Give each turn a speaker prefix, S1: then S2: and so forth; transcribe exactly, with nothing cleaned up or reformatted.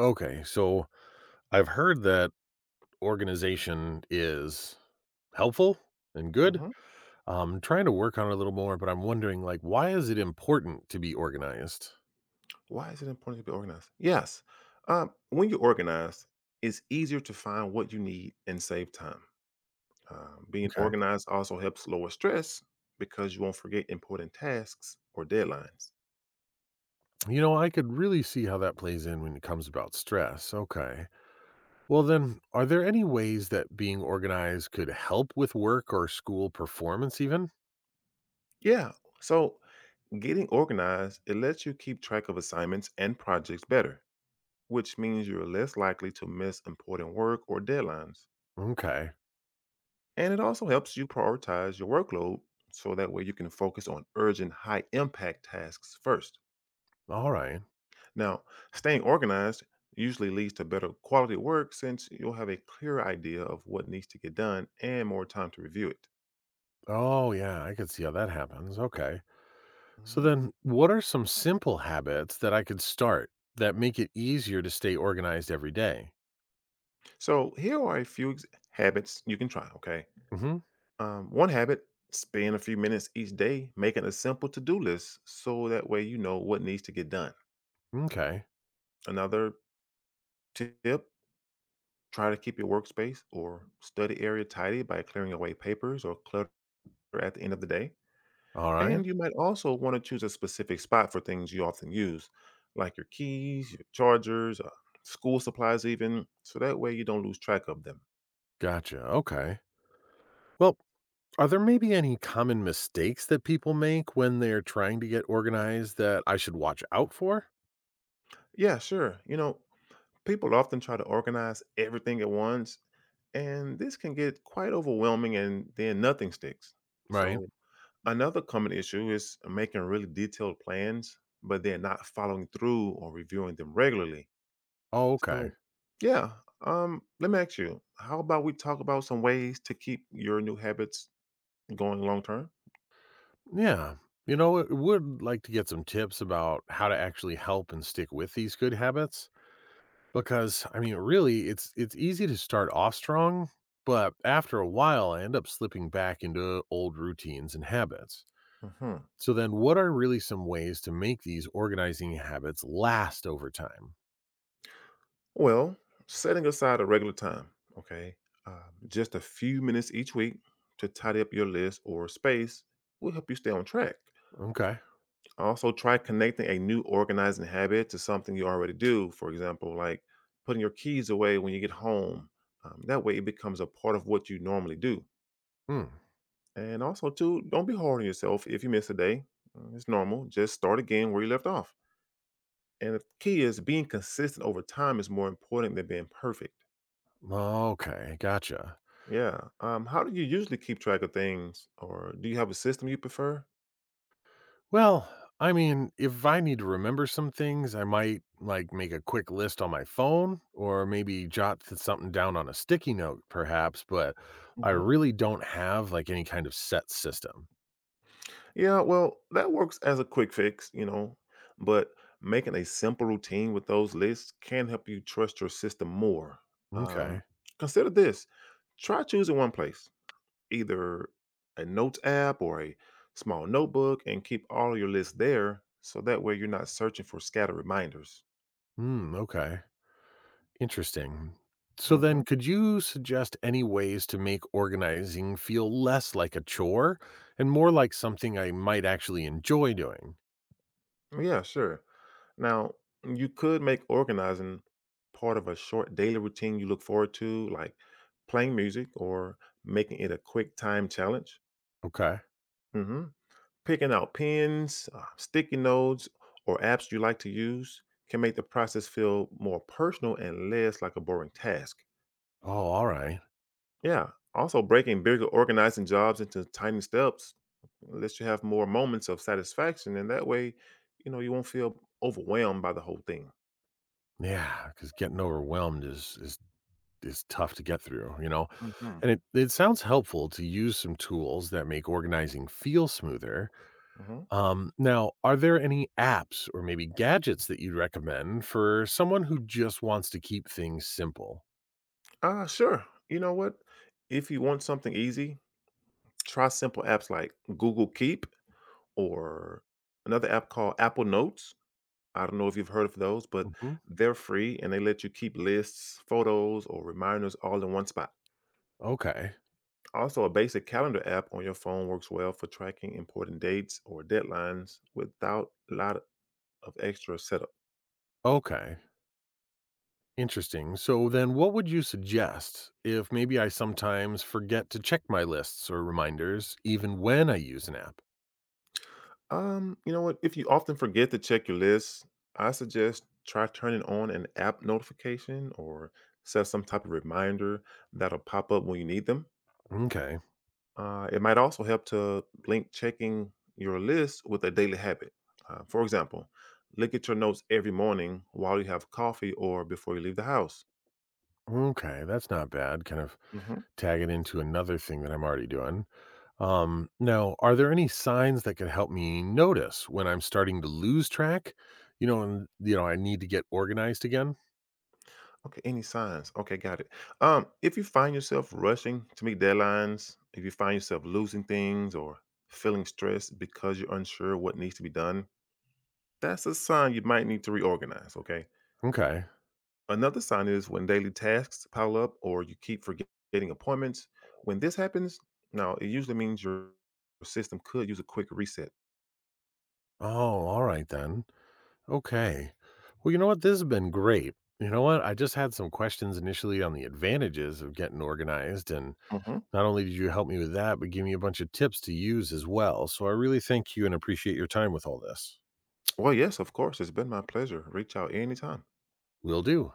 S1: Okay, so I've heard that organization is helpful and good.
S2: Hmm.
S1: Um, I'm trying to work on it a little more, but I'm wondering like why is it important to be organized?
S2: Why is it important to be organized? Yes. Um, when you organize, it's easier to find what you need and save time. Um, being
S1: Okay.
S2: organized also helps lower stress because you won't forget important tasks or deadlines.
S1: You know, I could really see how that plays in when it comes about stress. Okay. Well, then, are there any ways that being organized could help with work or school performance even?
S2: Yeah. So, getting organized, it lets you keep track of assignments and projects better, which means you're less likely to miss important work or deadlines.
S1: Okay.
S2: And it also helps you prioritize your workload so that way you can focus on urgent, high impact tasks first.
S1: All right.
S2: Now, staying organized usually leads to better quality work since you'll have a clearer idea of what needs to get done and more time to review it.
S1: Oh, yeah, I could see how that happens. Okay. So
S2: Mhm.
S1: then, what are some simple habits that I could start that make it easier to stay organized every day?
S2: So, here are a few ex- habits you can try, okay?
S1: Mm-hmm.
S2: Um, one habit: spend a few minutes each day making a simple to do list so that way you know what needs to get done.
S1: Okay.
S2: Another tip: try to keep your workspace or study area tidy by clearing away papers or clutter at the end of the day.
S1: All right.
S2: And you might also want to choose a specific spot for things you often use, like your keys, your chargers, uh, school supplies, even, so that way you don't lose track of them.
S1: Gotcha. Okay. Well, are there maybe any common mistakes that people make when they're trying to get organized that I should watch out for?
S2: Yeah, sure. You know, people often try to organize everything at once, and this can get quite overwhelming, and then nothing sticks.
S1: Right.
S2: So, another common issue is making really detailed plans, but then not following through or reviewing them regularly.
S1: Oh, okay.
S2: So, yeah, um, let me ask you, how about we talk about some ways to keep your new habits going long term?
S1: Yeah. You know, I would like to get some tips about how to actually help and stick with these good habits. Because, I mean, really, it's it's easy to start off strong, but after a while, I end up slipping back into old routines and habits.
S2: Hmm.
S1: So then, what are really some ways to make these organizing habits last over time?
S2: Well, setting aside a regular time, okay, uh, just a few minutes each week to tidy up your list or space will help you stay on track.
S1: Okay.
S2: Also, try connecting a new organizing habit to something you already do. For example, like putting your keys away when you get home. Um, that way, it becomes a part of what you normally do.
S1: Hmm.
S2: And also, too, don't be hard on yourself if you miss a day. Uh, It's normal. Just start again where you left off. And the key is being consistent over time is more important than being perfect.
S1: Okay. Gotcha.
S2: Yeah. Um, how do you usually keep track of things, or do you have a system you prefer?
S1: Well, I mean, if I need to remember some things, I might like make a quick list on my phone or maybe jot th- something down on a sticky note, perhaps, but I
S2: Mhm.
S1: really don't have like any kind of set system.
S2: Yeah, well, that works as a quick fix, you know, but making a simple routine with those lists can help you trust your system more. Um,
S1: Okay.
S2: Consider this: try choosing one place, either a notes app or a small notebook, and keep all your lists there so that way you're not searching for scattered reminders.
S1: Mm, okay. Interesting. So then
S2: Mhm.
S1: could you suggest any ways to make organizing feel less like a chore and more like something I might actually enjoy doing?
S2: Yeah, sure. Now, you could make organizing part of a short daily routine you look forward to, like playing music or making it a quick time challenge.
S1: Okay.
S2: Hmm. Picking out pens, uh, sticky notes, or apps you like to use can make the process feel more personal and less like a boring task.
S1: Oh, all right.
S2: Yeah. Also, breaking bigger organizing jobs into tiny steps lets you have more moments of satisfaction, and that way, you know, you won't feel overwhelmed by the whole thing.
S1: Yeah, cuz getting overwhelmed is is is tough to get through, you know.
S2: Mhm.
S1: And it it sounds helpful to use some tools that make organizing feel smoother.
S2: Mhm.
S1: Um now, are there any apps or maybe gadgets that you'd recommend for someone who just wants to keep things simple?
S2: Ah, sure. You know what? If you want something easy, try simple apps like Google Keep or another app called Apple Notes. I don't know if you've heard of those, but
S1: Mhm.
S2: they're free and they let you keep lists, photos, or reminders all in one spot.
S1: Okay.
S2: Also, a basic calendar app on your phone works well for tracking important dates or deadlines without a lot of extra setup.
S1: Okay. Interesting. So then what would you suggest if maybe I sometimes forget to check my lists or reminders even when I use an app?
S2: Um, you know what? If you often forget to check your list, I suggest try turning on an app notification or set some type of reminder that'll pop up when you need them.
S1: Okay.
S2: Uh, it might also help to link checking your list with a daily habit. Uh, for example, look at your notes every morning while you have coffee or before you leave the house.
S1: Okay, that's not bad. Kind of
S2: Mhm.
S1: tag it into another thing that I'm already doing. Um, now, are there any signs that could help me notice when I'm starting to lose track? You know, and you know, I need to get organized again?
S2: Okay, any signs? Okay, got it. Um, if you find yourself rushing to meet deadlines, if you find yourself losing things or feeling stressed because you're unsure what needs to be done, that's a sign you might need to reorganize, okay?
S1: Okay.
S2: Another sign is when daily tasks pile up or you keep forgetting appointments. When this happens, now it usually means your system could use a quick reset.
S1: Oh, all right then. Okay. Well, you know what? This has been great. You know what? I just had some questions initially on the advantages of getting organized. And
S2: Hmm.
S1: not only did you help me with that, but give me a bunch of tips to use as well. So I really thank you and appreciate your time with all this.
S2: Well, yes, of course. It's been my pleasure. Reach out anytime.
S1: Will do.